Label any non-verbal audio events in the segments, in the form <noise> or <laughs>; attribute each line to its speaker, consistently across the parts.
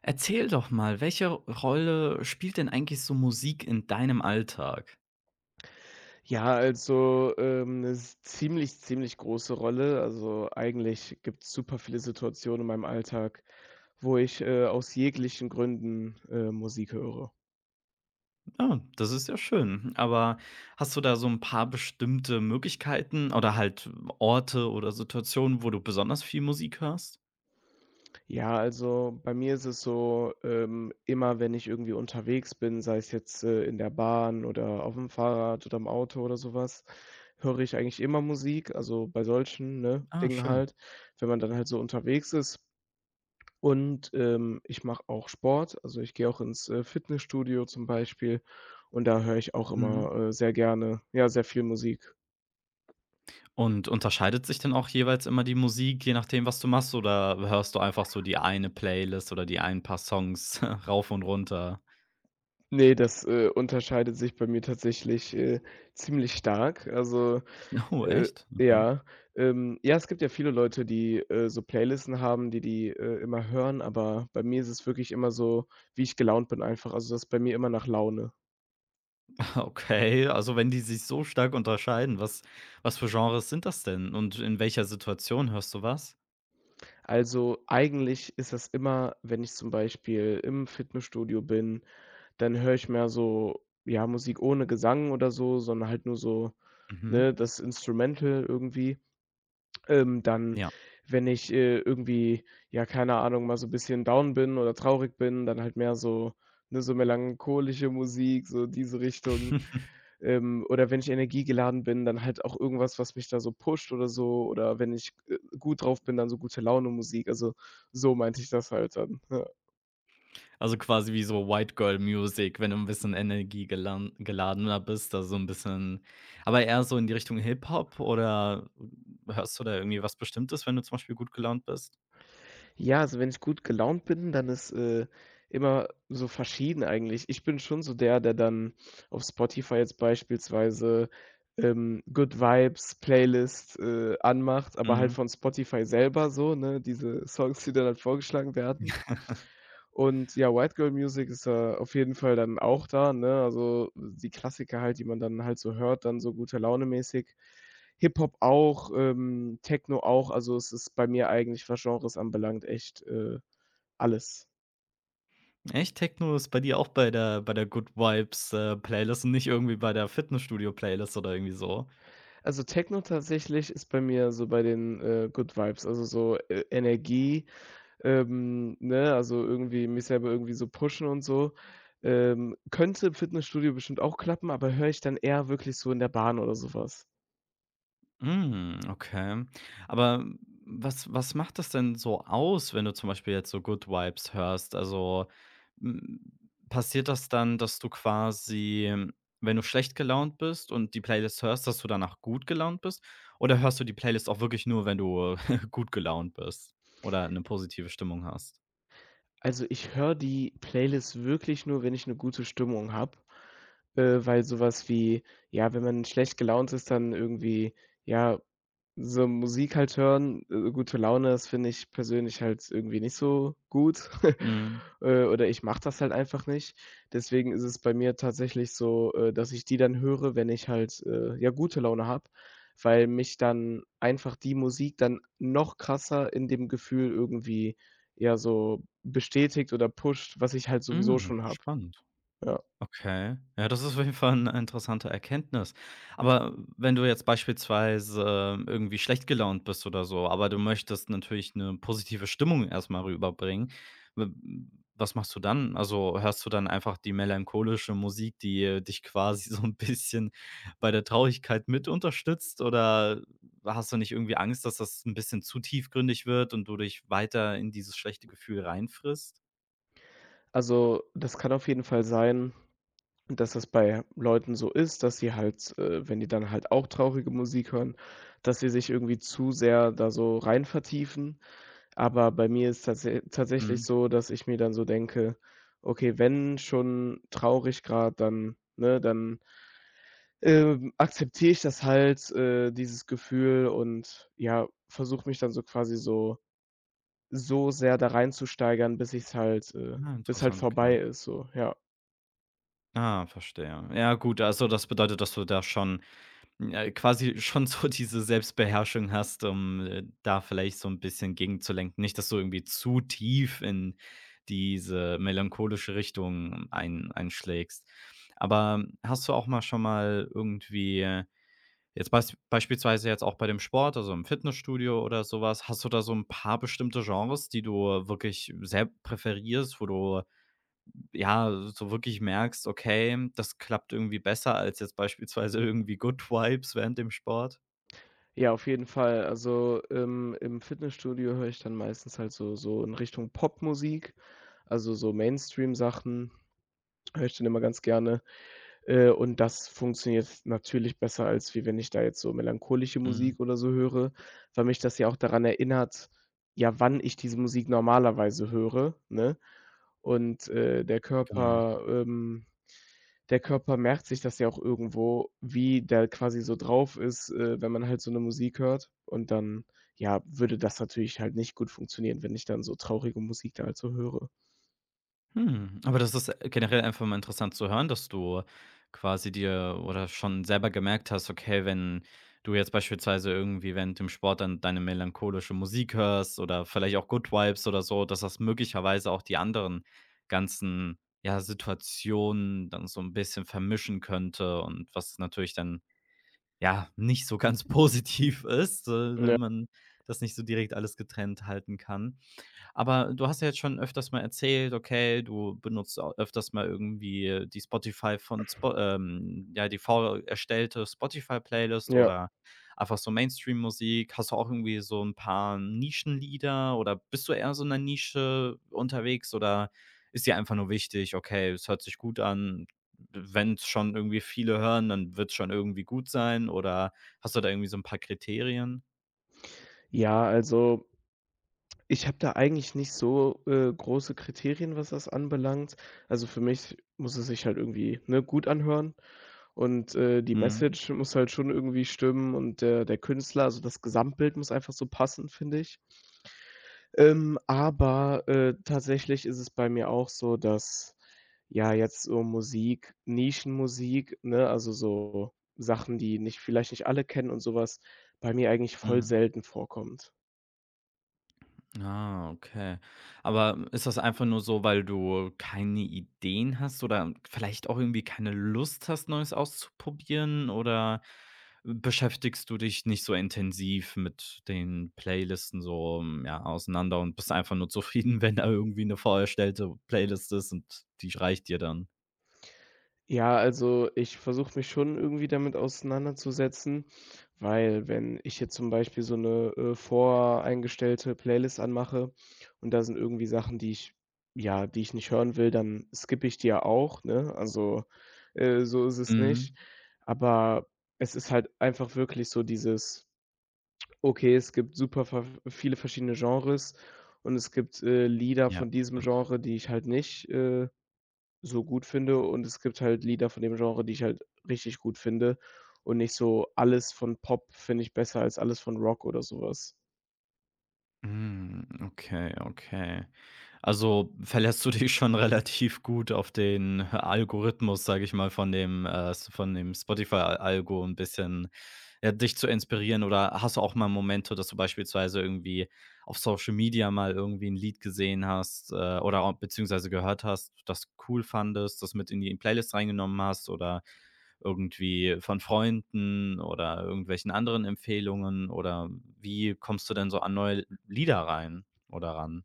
Speaker 1: Erzähl doch mal, welche Rolle spielt denn eigentlich so Musik in deinem Alltag?
Speaker 2: Ja, also, 'ne s ziemlich, ziemlich große Rolle. Also, eigentlich gibt's super viele Situationen in meinem Alltag, wo ich, aus jeglichen Gründen, Musik höre.
Speaker 1: Ah, das ist ja schön. Aber hast du da so ein paar bestimmte Möglichkeiten oder halt Orte oder Situationen, wo du besonders viel Musik hörst?
Speaker 2: Ja, also, bei mir ist es so, immer wenn ich irgendwie unterwegs bin, sei es jetzt, in der Bahn oder auf dem Fahrrad oder im Auto oder sowas, höre ich eigentlich immer Musik, also, bei solchen, ne,
Speaker 1: Ah,
Speaker 2: Dingen
Speaker 1: schön.
Speaker 2: halt. Wenn man dann halt so unterwegs ist. Und ich mache auch Sport, also ich gehe auch ins, Fitnessstudio zum Beispiel und da höre ich auch
Speaker 1: Mhm.
Speaker 2: immer, sehr gerne ja, sehr viel Musik.
Speaker 1: Und unterscheidet sich denn auch jeweils immer die Musik, je nachdem, was du machst, oder hörst du einfach so die eine Playlist oder die ein paar Songs <laughs> rauf und runter?
Speaker 2: Ne, das, unterscheidet sich bei mir tatsächlich, ziemlich stark. Also,
Speaker 1: Oh,
Speaker 2: äh
Speaker 1: echt? Okay.
Speaker 2: ja, ja, es gibt ja viele Leute, die, so Playlisten haben, die die, immer hören, aber bei mir ist es wirklich immer so, wie ich gelaunt bin einfach. Also, das ist bei mir immer nach Laune.
Speaker 1: Okay, also wenn die sich so stark unterscheiden, was für Genres sind das denn und in welcher Situation hörst du was?
Speaker 2: Also, eigentlich ist das immer, wenn ich zum Beispiel im Fitnessstudio bin. Dann höre ich mehr so, ja, Musik ohne Gesang oder so, sondern halt nur so,
Speaker 1: Mhm.
Speaker 2: ne, das Instrumental irgendwie. Dann,
Speaker 1: Ja.
Speaker 2: wenn ich, irgendwie, ja, keine Ahnung, mal so 'n bisschen down bin oder traurig bin, dann halt mehr so, ne, so melancholische Musik, so diese Richtung.
Speaker 1: <laughs>
Speaker 2: Oder wenn ich energiegeladen bin, dann halt auch irgendwas, was mich da so pusht oder so. Oder wenn ich, gut drauf bin, dann so gute Laune Musik. Also, so meinte ich das halt dann, <laughs> ja.
Speaker 1: Also quasi wie so White Girl Music, wenn du ein bisschen Energie energiegelan geladener bist, also so 'n bisschen, aber eher so in die Richtung Hip-Hop, oder hörst du da irgendwie was Bestimmtes, wenn du zum Beispiel gut gelaunt bist?
Speaker 2: Ja, also wenn ich gut gelaunt bin, dann ist, immer so verschieden eigentlich. Ich bin schon so der, der dann auf Spotify jetzt beispielsweise, Good Vibes Playlist, anmacht, aber halt
Speaker 1: Mhm.
Speaker 2: von Spotify selber so, ne, diese Songs, die dann halt vorgeschlagen werden. Und ja, White Girl Music ist da auf jeden Fall dann auch da, ne? Also, die Klassiker halt, die man dann halt so hört, dann so gute Laune-mäßig. Hip-Hop auch, Techno auch. Also, es ist bei mir eigentlich, was Genres anbelangt, echt, alles.
Speaker 1: Echt? Techno ist bei dir auch bei der Good Vibes, Playlist und nicht irgendwie bei der Fitnessstudio-Playlist oder irgendwie so?
Speaker 2: Also, Techno tatsächlich ist bei mir so bei den, Good Vibes, also so, Energie, ne, also irgendwie mich selber irgendwie so pushen und so. Könnte im Fitnessstudio bestimmt auch klappen, aber höre ich dann eher wirklich so in der Bahn oder sowas.
Speaker 1: Hm, okay. Aber was macht das denn so aus, wenn du zum Beispiel jetzt so Good Vibes hörst? Also, hm, passiert das dann, dass du quasi, wenn du schlecht gelaunt bist und die Playlist hörst, dass du danach gut gelaunt bist? Oder hörst du die Playlist auch wirklich nur, wenn du <laughs> gut gelaunt bist oder eine positive Stimmung hast?
Speaker 2: Also, ich höre die Playlist wirklich nur, wenn ich 'ne gute Stimmung habe, weil so was wie ja, wenn man schlecht gelaunt ist, dann irgendwie, ja, so Musik halt hören, gute Laune, das finde ich persönlich halt irgendwie nicht so gut, <laughs>
Speaker 1: Mhm.
Speaker 2: oder ich mache das halt einfach nicht. Deswegen ist es bei mir tatsächlich so, dass ich die dann höre, wenn ich halt, ja, gute Laune habe, weil mich dann einfach die Musik dann noch krasser in dem Gefühl irgendwie, ja, so bestätigt oder pusht, was ich halt sowieso
Speaker 1: Mhm,
Speaker 2: schon habe.
Speaker 1: spannend.
Speaker 2: Ja.
Speaker 1: Okay. Ja, das ist auf jeden Fall eine interessante Erkenntnis. Aber wenn du jetzt beispielsweise irgendwie schlecht gelaunt bist oder so, aber du möchtest natürlich eine positive Stimmung erst mal rüberbringen, w was machst du dann? Also, hörst du dann einfach die melancholische Musik, die, dich quasi <laughs> so ein bisschen bei der Traurigkeit mit unterstützt? Oder hast du nicht irgendwie Angst, dass das ein bisschen zu tiefgründig wird und du dich weiter in dieses schlechte Gefühl reinfrisst?
Speaker 2: Also, das kann auf jeden Fall sein, dass das bei Leuten so ist, dass sie halt, wenn die dann halt auch traurige Musik hören, dass sie sich irgendwie zu sehr da so rein vertiefen. Aber bei mir ist tatsächlich
Speaker 1: Mhm.
Speaker 2: so, dass ich mir dann so denke: „Okay, wenn schon traurig gerade, dann ne, dann, akzeptiere ich das halt, dieses Gefühl und, ja, versuche mich dann so quasi so. So sehr da reinzusteigern, bis ich's halt
Speaker 1: Ah,
Speaker 2: bis halt
Speaker 1: interessant, okay.
Speaker 2: vorbei ist so, ja.
Speaker 1: Ah, verstehe. Ja gut, also das bedeutet, dass du da schon, quasi schon <laughs> so diese Selbstbeherrschung hast, um, da vielleicht so ein bisschen gegenzulenken. Nicht, dass du irgendwie zu tief in diese melancholische Richtung einschlägst. Aber hast du auch mal schon mal irgendwie jetzt beispielsweise jetzt auch bei dem Sport, also im Fitnessstudio oder sowas, hast du da so ein paar bestimmte Genres, die du wirklich sehr präferierst, wo du, ja, so wirklich merkst, okay, das klappt irgendwie besser als jetzt beispielsweise irgendwie Good Vibes während dem Sport?
Speaker 2: Ja, auf jeden Fall. Also, im Fitnessstudio höre ich dann meistens halt so in Richtung Popmusik, also so Mainstream-Sachen höre ich dann immer ganz gerne. Und das funktioniert natürlich besser, als wie wenn ich da jetzt so melancholische
Speaker 1: Mhm,
Speaker 2: Musik oder so höre, weil mich das ja auch daran erinnert, ja, wann ich diese Musik normalerweise höre, ne? Und,
Speaker 1: genau.
Speaker 2: Der Körper merkt sich das ja auch irgendwo, wie der quasi so drauf ist, wenn man halt so eine Musik hört. Und dann, ja, würde das natürlich halt nicht gut funktionieren, wenn ich dann so traurige Musik da halt so höre.
Speaker 1: Hm, aber das ist generell einfach mal interessant zu hören, dass du quasi dir oder schon selber gemerkt hast, okay, wenn du jetzt beispielsweise irgendwie während dem Sport dann deine melancholische Musik hörst oder vielleicht auch Good Vibes oder so, dass das möglicherweise auch die anderen ganzen, ja, Situationen dann so ein bisschen vermischen könnte und was natürlich dann ja nicht so ganz <laughs> positiv ist, wenn
Speaker 2: Ja,
Speaker 1: man das nicht so direkt alles getrennt halten kann. Aber du hast ja jetzt schon öfters mal erzählt, okay, du benutzt au öfters mal irgendwie die Spotify von Spo ja, die vor erstellte Spotify-Playlist
Speaker 2: ja.
Speaker 1: oder einfach so Mainstream-Musik. Hast du auch irgendwie so ein paar Nischenlieder oder bist du eher so in 'ner Nische unterwegs oder ist dir einfach nur wichtig: „Okay, es hört sich gut an. Wenn's schon irgendwie viele hören, dann wird es schon irgendwie gut sein“, oder hast du da irgendwie so ein paar Kriterien?
Speaker 2: Ja, also ich habe da eigentlich nicht so, große Kriterien, was das anbelangt. Also, für mich muss es sich halt irgendwie, ne, gut anhören und, die
Speaker 1: Mhm,
Speaker 2: Message muss halt schon irgendwie stimmen und der Künstler, also das Gesamtbild muss einfach so passen, finde ich. Aber, tatsächlich ist es bei mir auch so, dass, ja, jetzt so Musik, Nischenmusik, ne, also so Sachen, die nicht vielleicht nicht alle kennen und sowas, bei mir eigentlich voll
Speaker 1: mhm.
Speaker 2: selten vorkommt.
Speaker 1: Ah, okay. Aber ist das einfach nur so, weil du keine Ideen hast oder vielleicht auch irgendwie keine Lust hast, Neues auszuprobieren? Oder beschäftigst du dich nicht so intensiv mit den Playlisten so ja, auseinander und bist einfach nur zufrieden, <laughs> wenn da irgendwie eine vorerstellte Playlist ist und die reicht dir dann?
Speaker 2: Ja, also, ich versuche mich schon irgendwie damit auseinanderzusetzen, weil wenn ich jetzt zum Beispiel so eine voreingestellte Playlist anmache und da sind irgendwie Sachen, die ich ja, die ich nicht hören will, dann skippe ich die ja auch, ne? Also, so ist es nicht.
Speaker 1: Mhm.
Speaker 2: Aber es ist halt einfach wirklich so dieses okay, es gibt super ver viele verschiedene Genres und es gibt, Lieder
Speaker 1: Ja,
Speaker 2: von diesem
Speaker 1: stimmt.
Speaker 2: Genre, die ich halt nicht, so gut finde und es gibt halt Lieder von dem Genre, die ich halt richtig gut finde und nicht so alles von Pop finde ich besser als alles von Rock oder sowas.
Speaker 1: Mm, okay, okay. Also, verlässt du dich schon <laughs> relativ gut auf den Algorithmus, sage ich mal, von dem Spotify-Algo 'n bisschen, ja, dich zu inspirieren, oder hast du auch mal Momente, dass du beispielsweise irgendwie auf Social Media mal irgendwie ein Lied gesehen hast, oder au beziehungsweise gehört hast, das cool fandest, das mit in die Playlist reingenommen hast oder irgendwie von Freunden oder irgendwelchen anderen Empfehlungen oder wie kommst du denn so an neue Lieder rein oder ran?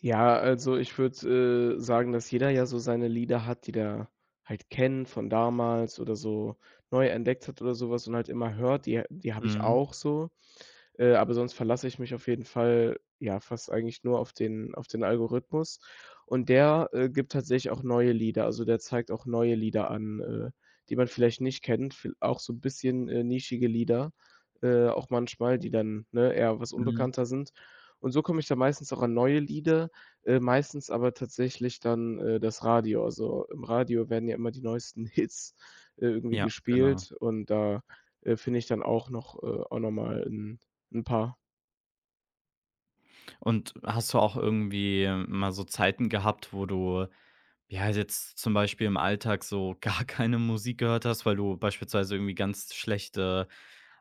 Speaker 2: Ja, also ich würde, sagen, dass jeder ja so seine Lieder hat, die der halt kennt von damals oder so neu entdeckt hat oder sowas und halt immer hört. Die habe ich
Speaker 1: Mhm,
Speaker 2: auch so. Aber sonst verlasse ich mich auf jeden Fall, ja, fast eigentlich nur auf den Algorithmus. Und der, gibt tatsächlich auch neue Lieder. Also, der zeigt auch neue Lieder an, die man vielleicht nicht kennt, viel auch so ein bisschen, nischige Lieder, auch manchmal, die dann, ne, eher was
Speaker 1: mhm.
Speaker 2: unbekannter sind. Und so komme ich dann meistens auch an neue Lieder, meistens aber tatsächlich dann, das Radio. Also, im Radio werden ja immer die neuesten <laughs> Hits, irgendwie
Speaker 1: Ja, genau.
Speaker 2: gespielt und da, finde ich dann auch noch mal 'N paar.
Speaker 1: Und hast du auch irgendwie mal so Zeiten gehabt, wo du, ja, jetzt zum Beispiel im Alltag so <laughs> gar keine Musik gehört hast, weil du beispielsweise irgendwie ganz schlechte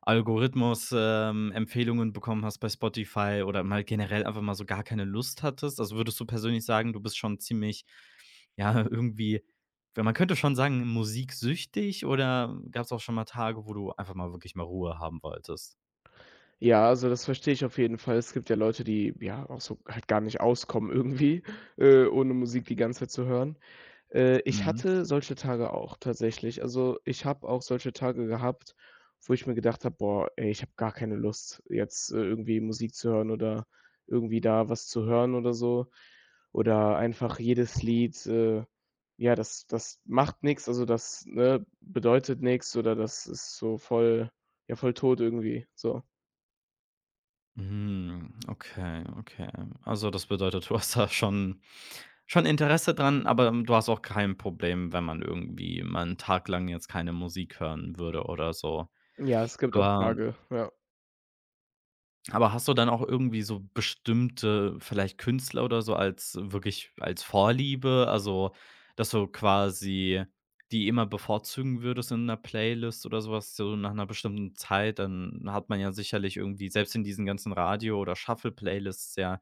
Speaker 1: Algorithmus, Empfehlungen bekommen hast bei Spotify oder mal generell einfach mal so gar keine Lust hattest? Also, würdest du persönlich sagen, du bist schon ziemlich, ja, irgendwie, ja, man könnte schon sagen, musiksüchtig, oder gab es auch schon mal Tage, wo du einfach mal wirklich mal Ruhe haben wolltest?
Speaker 2: Ja, also, das verstehe ich auf jeden Fall. Es gibt ja Leute, die, ja, auch so halt gar nicht auskommen irgendwie, <laughs> ohne Musik die ganze Zeit zu hören. Ich
Speaker 1: Mhm.
Speaker 2: hatte solche Tage auch tatsächlich. Also, ich habe auch solche Tage gehabt, wo ich mir gedacht habe: „Boah, ey, ich habe gar keine Lust, jetzt, irgendwie Musik zu hören oder irgendwie da was zu hören oder so.“ Oder einfach jedes Lied, ja, das macht nix, also, das, ne, bedeutet nix oder das ist so voll ja, voll tot irgendwie, so.
Speaker 1: Mhm, okay, okay. Also, das bedeutet, du hast da schon Interesse dran, aber du hast auch kein Problem, wenn man irgendwie mal 'n Tag lang jetzt keine Musik hören würde oder so.
Speaker 2: Ja, es gibt auch
Speaker 1: Aber
Speaker 2: Tage, ja.
Speaker 1: aber hast du dann auch irgendwie so bestimmte, vielleicht Künstler oder so als wirklich als Vorliebe? Also, dass du quasi die immer bevorzugen würdest in 'ner Playlist oder so was, so nach 'ner bestimmten Zeit, dann hat man ja sicherlich irgendwie selbst in diesen ganzen Radio oder Shuffle-Playlists ja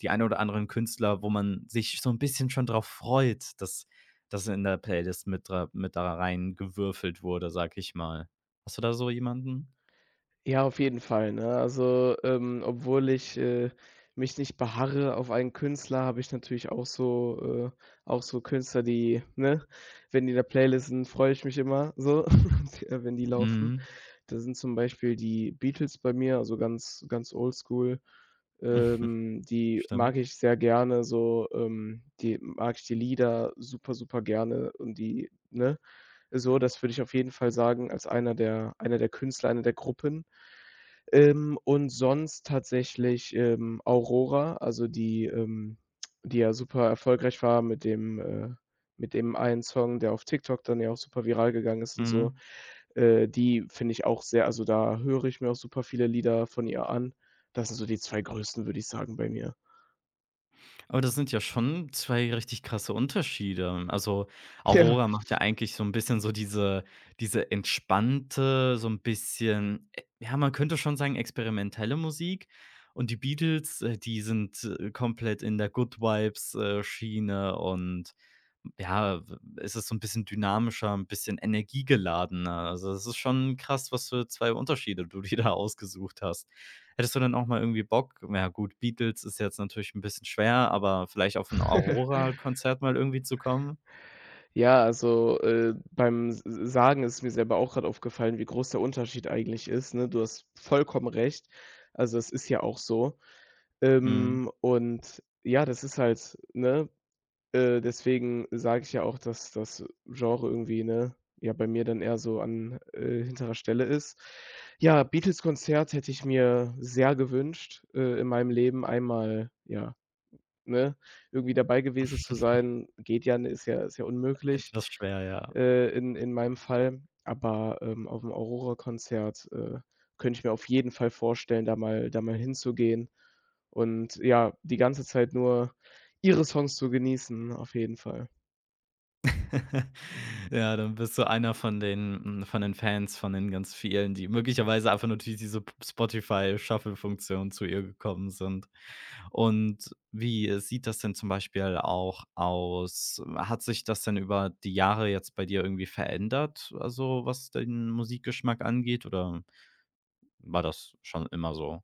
Speaker 1: die ein oder anderen Künstler, wo man sich so 'n bisschen schon drauf freut, dass das in der Playlist mit da reingewürfelt wurde, sage ich mal. Hast du da so jemanden?
Speaker 2: Ja, auf jeden Fall, ne? Also, obwohl ich, mich nicht beharre auf einen Künstler, habe ich natürlich auch so Künstler, die, ne wenn die da Playlisten, freue ich mich immer so, <laughs> wenn die laufen.
Speaker 1: Mhm.
Speaker 2: Da sind zum Beispiel die Beatles bei mir, also ganz ganz Oldschool.
Speaker 1: <laughs>
Speaker 2: Die
Speaker 1: Stimmt.
Speaker 2: mag ich sehr gerne so, die mag ich die Lieder super, super gerne und die ne? So, das würde ich auf jeden Fall sagen, als einer der Künstler, einer der Gruppen. Und sonst tatsächlich, Aurora, also die, die ja super erfolgreich war mit dem einen Song, der auf TikTok dann ja auch super viral gegangen ist und so.
Speaker 1: Mhm.
Speaker 2: Die finde ich auch sehr also, da höre ich mir auch super viele Lieder von ihr an. Das sind so die 2 größten, würde ich sagen, bei mir.
Speaker 1: Aber das sind ja schon 2 richtig krasse Unterschiede. Also, Aurora
Speaker 2: <laughs>
Speaker 1: macht ja eigentlich so ein bisschen so diese entspannte, so ein bisschen, ja, man könnte schon sagen, experimentelle Musik. Und die Beatles, die sind, komplett in der Good Vibes, Schiene und ja, w ist es so ein bisschen dynamischer, ein bisschen energiegeladener. Also, es ist schon krass, was für 2 Unterschiede du <laughs> dir da ausgesucht hast. Hättest du denn auch mal irgendwie Bock, ja gut, Beatles ist jetzt natürlich ein bisschen schwer, aber vielleicht auf ein
Speaker 2: Ja.
Speaker 1: Aurora-Konzert mal irgendwie zu kommen?
Speaker 2: Ja, also, beim Sagen ist mir selber auch gerade aufgefallen, wie groß der Unterschied eigentlich ist, ne? Du hast vollkommen recht. Also, es ist ja auch so.
Speaker 1: Mhm,
Speaker 2: Und ja, das ist halt ne? Deswegen sage ich ja auch, dass das Genre irgendwie, ne, ja, bei mir dann eher so an, hinterer Stelle ist. Ja, Beatles-Konzert hätte ich mir sehr gewünscht, in meinem Leben einmal, ja, ne, irgendwie dabei gewesen zu sein. Geht ja, ne, ist ja unmöglich
Speaker 1: etwas schwer, ja.
Speaker 2: in meinem Fall. Aber, auf'm Aurora-Konzert, könnte ich mir auf jeden Fall vorstellen, da mal hinzugehen und ja, die ganze Zeit nur ihre Songs zu genießen, auf jeden Fall.
Speaker 1: <laughs> Ja, dann bist du einer von den, hm, von den Fans, von den ganz vielen, die möglicherweise einfach nur durch diese P Spotify-Shuffle-Funktion zu ihr gekommen sind. Und wie sieht das denn zum Beispiel auch aus? Hat sich das denn über die Jahre jetzt bei dir irgendwie verändert, also was den Musikgeschmack angeht, oder war das schon immer so?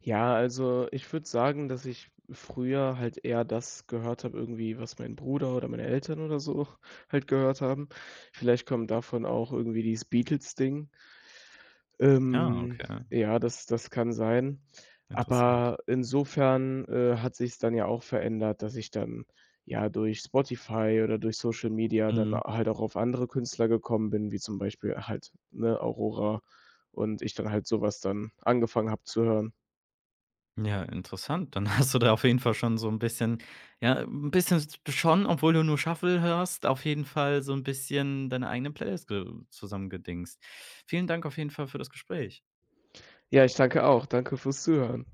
Speaker 2: Ja, also, ich würde sagen, dass ich früher halt eher das gehört habe irgendwie, was mein Bruder oder meine Eltern oder so <laughs> halt gehört haben. Vielleicht kommt davon auch irgendwie dieses Beatles-Ding.
Speaker 1: Ja,
Speaker 2: Ähm,
Speaker 1: okay,
Speaker 2: ja, das kann sein.
Speaker 1: interessant.
Speaker 2: Aber insofern, hat sich es dann ja auch verändert, dass ich dann, ja, durch Spotify oder durch Social Media dann
Speaker 1: Mhm.
Speaker 2: halt auch auf andere Künstler gekommen bin, wie zum Beispiel halt, ne, Aurora und ich dann halt sowas dann angefangen habe zu hören.
Speaker 1: Ja, interessant. Dann <laughs> hast du da auf jeden Fall schon so ein bisschen, ja, ein bisschen schon, obwohl du nur Shuffle hörst, auf jeden Fall so ein bisschen deine eigene Playlist ge zusammengedingst. Vielen Dank auf jeden Fall für das Gespräch.
Speaker 2: Ja, ich danke auch. Danke fürs Zuhören.